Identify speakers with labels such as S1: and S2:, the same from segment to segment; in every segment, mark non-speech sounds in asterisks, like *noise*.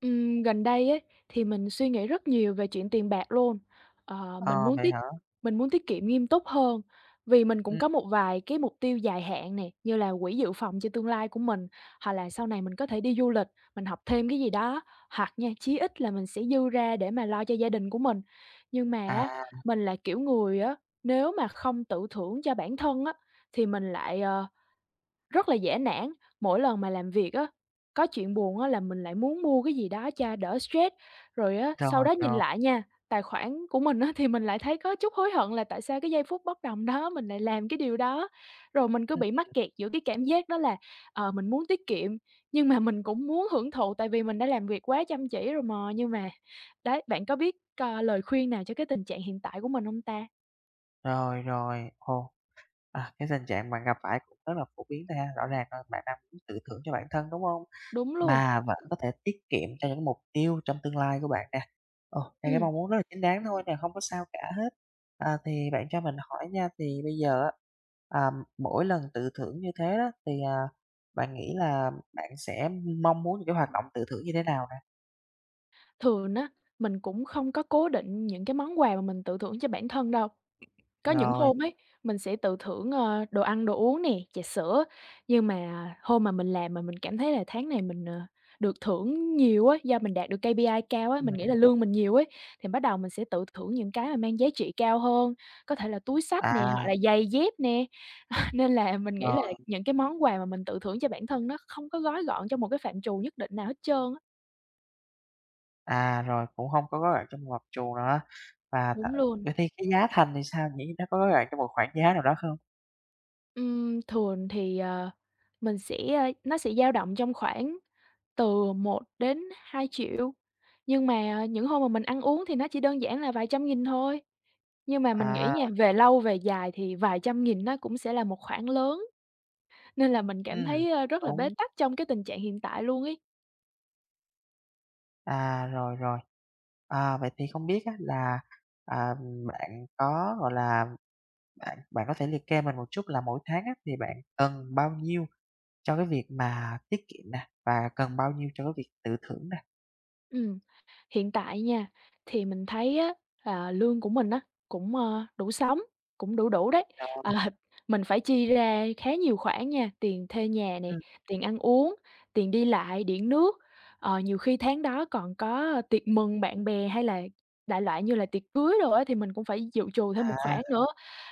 S1: Gần đây ấy, thì mình suy nghĩ rất nhiều về chuyện tiền bạc luôn. Ờ, mình
S2: Ờ,
S1: muốn
S2: vậy
S1: tiết
S2: hả?
S1: mình muốn tiết kiệm nghiêm túc hơn, vì mình cũng
S2: Ừm,
S1: có một vài cái mục tiêu dài hạn nè, như là quỹ dự phòng cho tương lai của mình, hoặc là sau này mình có thể đi du lịch, mình học thêm cái gì đó, hoặc nha, chí ít là mình sẽ dư ra để mà lo cho gia đình của mình. Nhưng mà á,
S2: à,
S1: mình là kiểu người á, nếu mà không tự thưởng cho bản thân á, thì mình lại rất là dễ nản, mỗi lần mà làm việc á, có chuyện buồn á là mình lại muốn mua cái gì đó cho đỡ stress, rồi á, sau
S2: rồi,
S1: đó nhìn
S2: rồi,
S1: lại nha, tài khoản của mình á thì mình lại thấy có chút hối hận là tại sao cái giây phút bốc đồng đó mình lại làm cái điều đó. Rồi mình cứ
S2: ừm,
S1: bị mắc kẹt giữa cái cảm giác đó là, mình muốn tiết kiệm, nhưng mà mình cũng muốn hưởng thụ tại vì mình đã làm việc quá chăm chỉ rồi mà. Nhưng mà đấy, bạn có biết, lời khuyên nào cho cái tình trạng hiện tại của mình không ta?
S2: rồi, rồi. Ồ, à, cái tình trạng bạn gặp phải cũng rất là phổ biến thôi ha, rõ ràng là bạn đang muốn tự thưởng cho bản thân, đúng không?
S1: Đúng luôn.
S2: Mà vẫn có thể tiết kiệm cho những mục tiêu trong tương lai của bạn nè. Ờ, đây cái
S1: Ừ.
S2: mong muốn rất là chính đáng thôi nè, không có sao cả hết. À, thì bạn cho mình hỏi nha, thì bây giờ á, à, mỗi lần tự thưởng như thế đó, thì, à, bạn nghĩ là bạn sẽ mong muốn những cái hoạt động tự thưởng như thế nào nè?
S1: Thường á, mình cũng không có cố định những cái món quà mà mình tự thưởng cho bản thân đâu. Có những
S2: Rồi,
S1: hôm ấy, mình sẽ tự thưởng, đồ ăn, đồ uống nè, trà sữa, nhưng mà hôm mà mình làm mà mình cảm thấy là tháng này mình, được thưởng nhiều á, do mình đạt được KPI cao á, mình
S2: ừm,
S1: nghĩ là lương mình nhiều ấy, thì bắt đầu mình sẽ tự thưởng những cái mà mang giá trị cao hơn, có thể là túi xách nè, hoặc
S2: à,
S1: là giày dép nè. *laughs* Nên là mình nghĩ là
S2: rồi.
S1: những cái món quà mà mình tự thưởng cho bản thân nó không có gói gọn trong một cái phạm trù nhất định nào hết trơn á.
S2: À, rồi cũng không có gói gọn trong một gọt chuồng nữa. Và th
S1: Đúng luôn.
S2: Vậy thì cái giá thành thì sao nhỉ? Nó có gói gọn trong một khoảng giá nào đó không?
S1: Thường thì, mình sẽ, ơ nó sẽ dao động trong khoảng từ 1 đến 2 triệu, nhưng mà những hôm mà mình ăn uống thì nó chỉ đơn giản là vài trăm nghìn thôi. Nhưng mà mình nghĩ
S2: À,
S1: nha, về lâu về dài thì vài trăm nghìn nó cũng sẽ là một khoản lớn, nên là mình cảm thấy,
S2: cũng
S1: rất là bế
S2: đúng.
S1: tắc trong cái tình trạng hiện tại luôn ấy.
S2: À, rồi, rồi. À, vậy thì không biết á là, à, bạn có, gọi là, bạn bạn có thể liệt kê mình một chút là mỗi tháng á thì bạn cần bao nhiêu cho cái việc mà tiết kiệm nè, và cần bao nhiêu cho cái việc tự thưởng nè?
S1: Ừm. Hiện tại nha, thì mình thấy á, là lương của mình á, cũng, đủ sống, cũng đủ đủ đấy. *laughs*
S2: Rồi,
S1: Ờ, mình phải chi ra khá nhiều khoản nha, tiền thuê nhà nè,
S2: ừm,
S1: tiền ăn uống, tiền đi lại, điện nước, ờ, nhiều khi tháng đó còn có tiệc mừng bạn bè hay là đại loại như là tiệc cưới rồi á, thì mình cũng phải dự trù thêm một
S2: à,
S1: khoản nữa.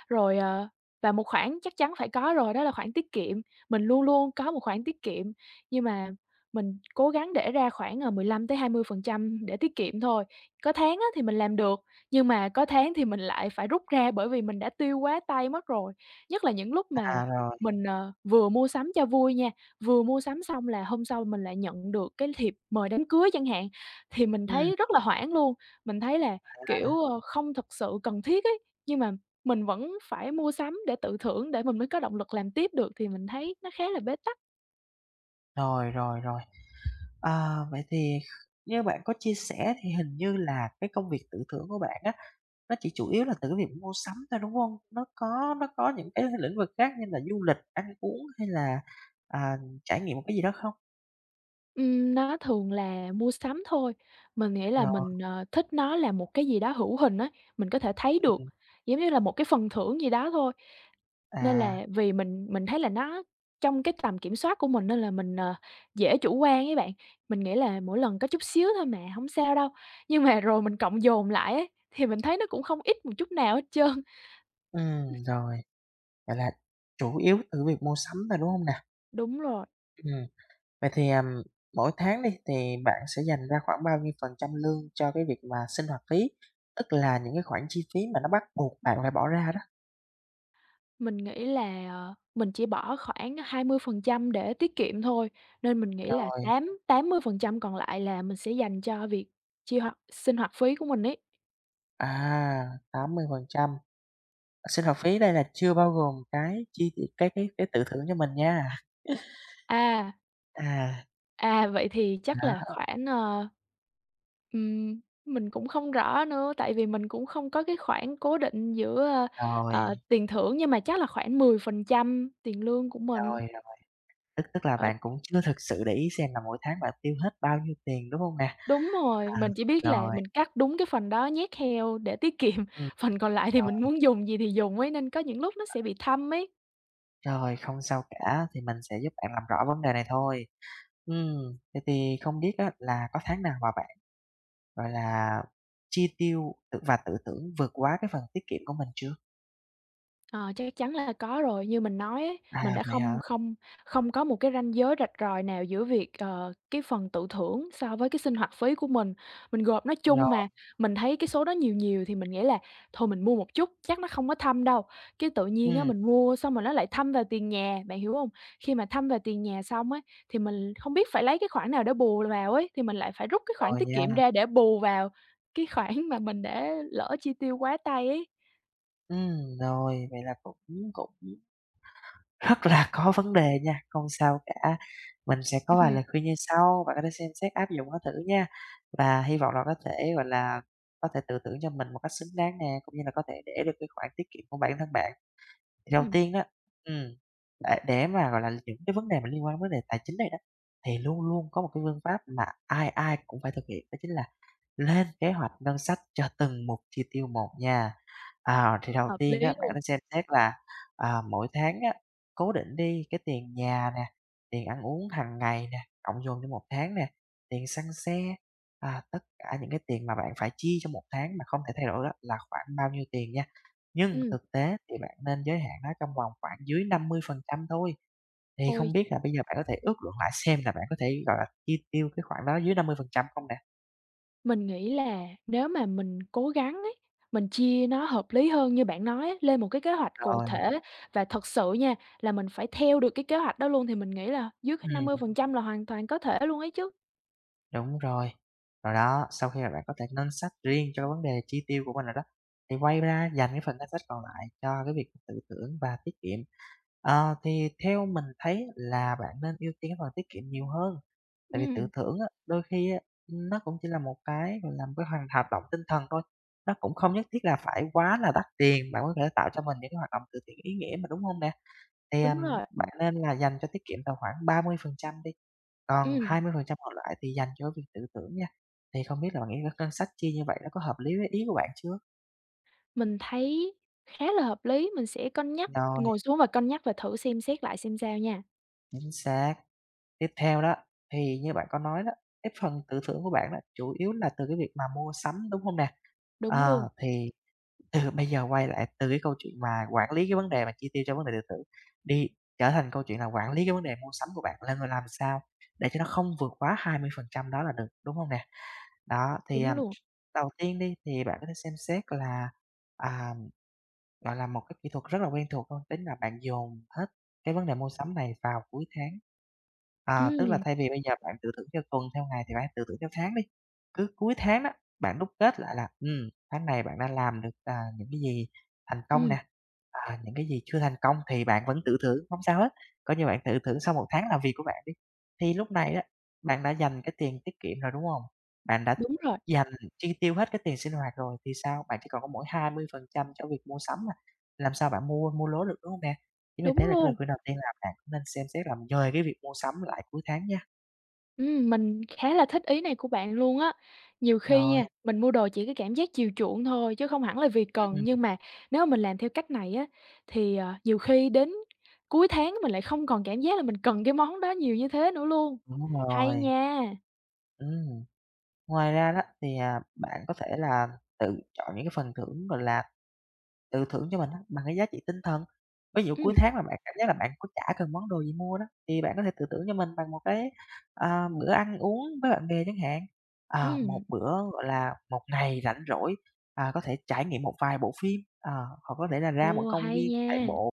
S1: Rồi, và một khoản chắc chắn phải có rồi, đó là khoản tiết kiệm, mình luôn luôn có một khoản tiết kiệm, nhưng mà mình cố gắng để ra khoảng, 15-20% để tiết kiệm thôi. Có tháng á thì mình làm được, nhưng mà có tháng thì mình lại phải rút ra bởi vì mình đã tiêu quá tay mất rồi. Nhất là những lúc mà
S2: à, rồi,
S1: mình, vừa mua sắm cho vui nha, vừa mua sắm xong là hôm sau mình lại nhận được cái thiệp mời đám cưới chẳng hạn, thì mình
S2: ừm,
S1: thấy rất là hoảng luôn. Mình thấy là, kiểu,
S2: à,
S1: ờ, không thật sự cần thiết ấy, nhưng mà mình vẫn phải mua sắm để tự thưởng để mình mới có động lực làm tiếp được thì mình thấy nó khá là bế tắc.
S2: rồi, rồi, rồi. À, vậy thì như bạn có chia sẻ thì hình như là cái công việc tự thưởng của bạn á, nó chỉ chủ yếu là từ cái việc mua sắm thôi, đúng không? Nó có những cái lĩnh vực khác như là du lịch, ăn uống hay là, à, trải nghiệm một cái gì đó không?
S1: Nó thường là mua sắm thôi, mình nghĩ là
S2: Rồi,
S1: mình, thích nó là một cái gì đó hữu hình á, mình có thể thấy được,
S2: ừm,
S1: giống như là một cái phần thưởng gì đó thôi. Nên là
S2: à,
S1: vì mình thấy là nó trong cái tầm kiểm soát của mình nên là mình, dễ chủ quan ấy bạn, mình nghĩ là mỗi lần có chút xíu thôi mà, hổng sao đâu, nhưng mà rồi mình cộng dồn lại ấy, thì mình thấy nó cũng không ít một chút nào hết trơn. *laughs*
S2: rồi, vậy là chủ yếu từ việc mua sắm thôi, đúng không nè?
S1: Đúng rồi.
S2: Ừm, vậy thì, mỗi tháng đi thì bạn sẽ dành ra khoảng bao nhiêu phần trăm lương cho cái việc mà sinh hoạt phí, tức là những cái khoản chi phí mà nó bắt buộc bạn phải bỏ ra đó?
S1: Mình nghĩ là, mình chỉ bỏ khoảng 20% để tiết kiệm thôi, nên mình nghĩ là
S2: Rồi.
S1: tám tám mươi phần trăm còn lại là mình sẽ dành cho việc chi hoạt sinh hoạt phí của mình ấy.
S2: À, 80%, sinh hoạt phí đây là chưa bao gồm cái chi t cái tự thưởng cho mình nha.
S1: À,
S2: À,
S1: à, vậy thì chắc là
S2: đó,
S1: khoảng, mình cũng không rõ nữa, tại vì mình cũng không có cái khoản cố định giữa,
S2: rồi,
S1: tiền thưởng, nhưng mà chắc là khoảng 10% tiền lương của mình.
S2: rồi, rồi, tức tức là bạn cũng chưa thực sự để ý xem là mỗi tháng bạn tiêu hết bao nhiêu tiền, đúng hông nè?
S1: Đúng rồi,
S2: À,
S1: mình chỉ biết là
S2: rồi,
S1: mình cắt đúng cái phần đó nhét heo để tiết kiệm,
S2: ừm,
S1: *laughs* phần còn lại thì mình
S2: rồi,
S1: muốn dùng gì thì dùng ấy, nên có những lúc nó sẽ bị thâm ấy.
S2: rồi, không sao cả, thì mình sẽ giúp bạn làm rõ vấn đề này thôi. Vậy thì không biết á là có tháng nào mà bạn, gọi là, chi tiêu tự và tự thưởng vượt quá cái phần tiết kiệm của mình chưa?
S1: Ờ, chắc chắn là có rồi. Như mình nói ấy, mình
S2: À,
S1: đã
S2: vậy
S1: không
S2: hả?
S1: không không có một cái ranh giới rạch ròi nào giữa việc, cái phần tự thưởng so với cái sinh hoạt phí của mình. Mình gộp nó chung
S2: Rồi,
S1: mà, mình thấy cái số đó nhiều nhiều thì mình nghĩ là thôi mình mua một chút, chắc nó không có thâm đâu. Cái tự nhiên á
S2: ừm,
S1: mình mua xong rồi nó lại thâm vào tiền nhà, bạn hiểu không? Khi mà thâm vào tiền nhà xong ấy, thì mình không biết phải lấy cái khoản nào để bù vào ấy, thì mình lại phải rút cái khoản
S2: rồi
S1: tiết
S2: nha.
S1: kiệm ra để bù vào cái khoản mà mình đã lỡ chi tiêu quá tay ấy.
S2: Rồi, vậy là cũng cũng rất là *laughs* có vấn đề nha, không sao cả. Mình sẽ
S1: *laughs*
S2: có vài
S1: Ừm.
S2: lời khuyên như sau, bạn có thể xem xét áp dụng nó thử nha, và hy vọng là có thể, gọi là, có thể tự thưởng cho mình một cách xứng đáng nè, cũng như là có thể để được cái khoản tiết kiệm của bản thân bạn. Thì đầu tiên đó ừm, để mà, gọi là, những cái vấn đề mà liên quan đến vấn đề tài chính này đó, thì luôn luôn có một cái phương pháp mà ai ai cũng phải thực hiện, đó chính là lên kế hoạch ngân sách cho từng mục chi tiêu một nha. À, thì đầu
S1: Hợp
S2: tiên đó,
S1: lý
S2: bạn
S1: luôn.
S2: nên xem xét là, à, mỗi tháng á, cố định đi cái tiền nhà nè, tiền ăn uống hàng ngày nè, cộng dồn cho một tháng nè, tiền xăng xe, à, tất cả những cái tiền mà bạn phải chi trong một tháng mà không thể thay đổi đó là khoảng bao nhiêu tiền nha. Nhưng
S1: Ừ,
S2: thực tế thì bạn nên giới hạn nó trong vòng khoảng dưới 50% thôi. Thì
S1: ôi,
S2: không biết là bây giờ bạn có thể ước lượng lại xem là bạn có thể, gọi là, chi tiêu cái khoản đó dưới 50% không nè?
S1: mình nghĩ là nếu mà mình cố gắng ấy, mình chia nó hợp lý hơn như bạn nói á, lên một cái kế hoạch cụ
S2: Rồi,
S1: thể và thật sự nha, là mình phải theo được cái kế hoạch đó luôn thì mình nghĩ là dưới cái
S2: ừm.
S1: 50% là hoàn toàn có thể luôn ấy chứ.
S2: Đúng rồi. Rồi đó, sau khi mà bạn có thể lên sách riêng cho cái vấn đề chi tiêu của mình rồi đó, thì quay ra dành cái phần ngân sách còn lại cho cái việc tự thưởng và tiết kiệm. Ờ, thì theo mình thấy là bạn nên ưu tiên cái phần tiết kiệm nhiều hơn, tại vì tự
S1: Ừ,
S2: thưởng á, đôi khi á, nó cũng chỉ là một cái, gọi là, một cái hoạt hoạt động tinh thần thôi, nó cũng không nhất thiết là phải quá là đắt tiền, bạn có thể tạo cho mình những cái hoạt động từ thiện ý nghĩa mà, đúng không nè? Thì,
S1: đúng rồi.
S2: bạn nên là dành cho tiết kiệm tầm khoảng 30% đi, còn
S1: Ừ,
S2: 20% còn lại thì dành cho việc tự tưởng nha. Thì không biết là bạn nghĩ cái ngân sách chia như vậy nó có hợp lý với ý của bạn chưa?
S1: mình thấy khá là hợp lý, mình sẽ cân nhắc,
S2: Rồi,
S1: ngồi xuống và cân nhắc và thử xem xét lại xem sao nha.
S2: chính xác. Tiếp theo đó, thì như bạn có nói đó, cái phần tự thưởng của bạn đó chủ yếu là từ cái việc mà mua sắm, đúng không nè?
S1: Đúng luôn,
S2: Ờ, thì từ bây giờ quay lại từ cái câu chuyện mà quản lý cái vấn đề mà chi tiêu cho vấn đề điện tử đi trở thành câu chuyện là quản lý cái vấn đề mua sắm của bạn là người làm sao để cho nó không vượt quá 20% đó là được, đúng không nè? Đó, thì,
S1: đúng
S2: à,
S1: luôn.
S2: đầu tiên đi thì bạn có thể xem xét là, à, gọi là, một cái kỹ thuật rất là quen thuộc thôi, tính là bạn dồn hết cái vấn đề mua sắm này vào cuối tháng.
S1: Ừ,
S2: À, tức là thay vì bây giờ bạn tự thưởng theo tuần, theo ngày thì bạn tự thưởng theo tháng đi, cứ cuối tháng đó, bạn đúc kết lại là, tháng này bạn đã làm được, à, những cái gì thành công
S1: ừ,
S2: nè, à, những cái gì chưa thành công thì bạn vẫn tự thưởng, không sao hết, coi như bạn tự thưởng sau một tháng làm việc của bạn đi. Thì lúc này đó bạn đã dành cái tiền tiết kiệm rồi, đúng không? Bạn đã
S1: đúng rồi,
S2: dành chi tiêu hết cái tiền sinh hoạt rồi thì sao? Bạn chỉ còn có mỗi 20% cho việc mua sắm à. Làm sao bạn mua mua lố được, đúng hông nè? Chính vì
S1: đúng
S2: thế là cái lời
S1: luôn.
S2: khuyên đầu tiên là bạn cũng nên xem xét là dời cái việc mua sắm lại cuối tháng nha.
S1: Mình khá là thích ý này của bạn luôn á. Nhiều khi
S2: Rồi,
S1: nha, mình mua đồ chỉ cái cảm giác chiều chuộng thôi chứ không hẳn là vì cần,
S2: ừm,
S1: nhưng mà nếu mà mình làm theo cách này á, thì, nhiều khi đến cuối tháng mình lại không còn cảm giác là mình cần cái món đó nhiều như thế nữa luôn.
S2: đúng
S1: Hay
S2: rồi,
S1: nha.
S2: ừm. Ngoài ra đó thì, à, bạn có thể là tự chọn những cái phần thưởng, gọi là tự thưởng cho mình á, bằng cái giá trị tinh thần. Ví dụ cuối
S1: Ừm,
S2: tháng mà bạn cảm giác là bạn có chả cần món đồ gì mua đó, thì bạn có thể tự thưởng cho mình bằng một cái, ờ, bữa ăn uống với bạn bè chẳng hạn. Ờ, một
S1: ừm.
S2: bữa, gọi là, một ngày rảnh rỗi, à, có thể trải nghiệm một vài bộ phim, ờ, hoặc có thể là ra một
S1: Ồ,
S2: công
S1: hay
S2: viên chạy
S1: nha.
S2: bộ,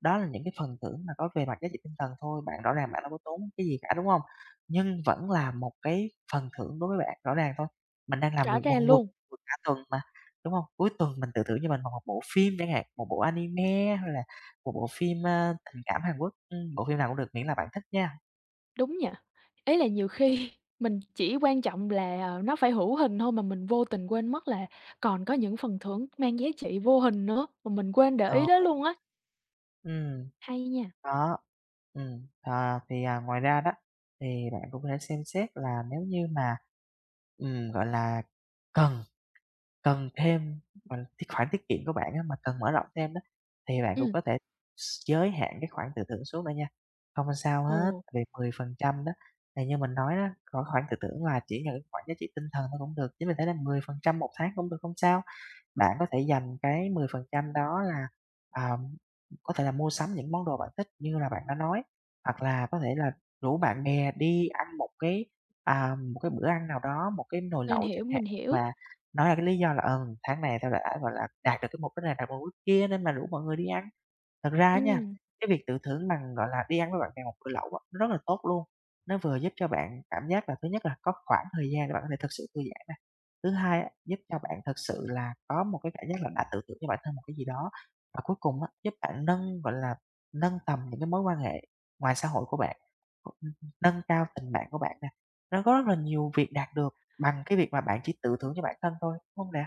S2: đó là những cái phần thưởng mà có về mặt giá trị tinh thần thôi, bạn rõ ràng bạn đâu có tốn cái gì cả, đúng hông? Nhưng vẫn là một cái phần thưởng đối với bạn, rõ ràng thôi, mình đang làm
S1: Rõ
S2: việc quần
S1: ràng
S2: quật
S1: luôn,
S2: quật cả tuần mà, đúng hông? Cuối tuần mình tự thưởng cho mình bằng một bộ phim chẳng hạn, một bộ anime hay là một bộ phim, ơ, tình cảm Hàn Quốc, bộ phim nào cũng được miễn là bạn thích nha.
S1: đúng nhỉ? Ý là nhiều khi *laughs* mình chỉ quan trọng là, nó phải hữu hình thôi mà mình vô tình quên mất là còn có những phần thưởng mang giá trị vô hình nữa, mà mình quên để ý đến
S2: Rồi,
S1: luôn á.
S2: ừm,
S1: Hay nha.
S2: đó, ờ, thì, à, ngoài ra đó, thì bạn cũng có thể xem xét là nếu như mà, gọi là, cần Cần thêm gọi là, cái khoản tiết kiệm của bạn á, mà cần mở rộng thêm đó, thì bạn cũng
S1: Ừm,
S2: có thể giới hạn cái khoản tự thưởng xuống bạn nha, không sao hết.
S1: ồ,
S2: Vì 10% đó, thì như mình nói đó, có khoản tự thưởng là chỉ là cái khoản giá trị tinh thần thôi cũng được, chỉ mình thấy là mười phần trăm một tháng cũng được, không sao. Bạn có thể dành cái 10% đó là, ờ, có thể là mua sắm những món đồ bạn thích như là bạn đã nói, hoặc là có thể là rủ bạn bè đi ăn một cái, à, một cái bữa ăn nào đó, một cái nồi
S1: mình
S2: lẩu
S1: hiểu,
S2: chẳng
S1: mình
S2: hạn,
S1: hiểu.
S2: và nói là cái lý do là, ừ, tháng này tao đã, gọi là, đạt được cái mục đích này, đạt được mục đích kia nên mà rủ mọi người đi ăn. Thật ra nha,
S1: Ừm.
S2: cái việc tự thưởng bằng, gọi là, đi ăn với bạn bè một bữa lẩu á, nó rất là tốt luôn, nó vừa giúp cho bạn cảm giác là thứ nhất là có khoảng thời gian để bạn có thể thực sự thư giãn nè. Thứ hai á, giúp cho bạn thực sự là có một cái cảm giác là đã tự thưởng cho bản thân một cái gì đó. Và cuối cùng á, giúp bạn nâng, gọi là, nâng tầm những cái mối quan hệ ngoài xã hội của bạn, nâng cao tình bạn của bạn nè. Nó có rất là nhiều việc đạt được bằng cái việc mà bạn chỉ tự thưởng cho bản thân thôi, đúng không nè?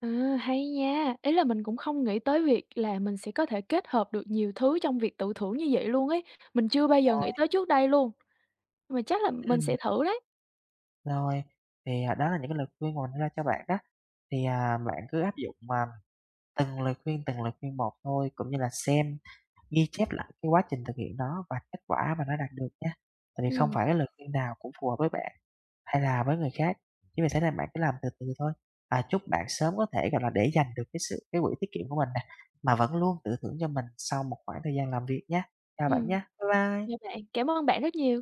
S1: À, hay nha. Ý là mình cũng không nghĩ tới việc là mình sẽ có thể kết hợp được nhiều thứ trong việc tự thưởng như vậy luôn ấy. Mình chưa bao giờ
S2: Rồi,
S1: nghĩ tới trước đây luôn, mà chắc là mình
S2: ừm,
S1: sẽ thử đấy.
S2: rồi, thì, à, đó là những cái lời khuyên mà mình đưa ra cho bạn đó, thì, à, bạn cứ áp dụng mà từng lời khuyên, từng lời khuyên một thôi, cũng như là xem, ghi chép lại cái quá trình thực hiện nó và kết quả mà nó đạt được nha. Tại vì không
S1: Ừm,
S2: phải cái lời khuyên nào cũng phù hợp với bạn hay là với người khác, chính vì thế nên bạn cứ làm từ từ thôi. À, chúc bạn sớm có thể, gọi là, để dành được cái sự cái quỹ tiết kiệm của mình nè, mà vẫn luôn tự thưởng cho mình sau một khoảng thời gian làm việc nhé. Chào bạn
S1: ừm,
S2: nhé, bye
S1: chào
S2: bye.
S1: bạn, cảm ơn bạn rất nhiều.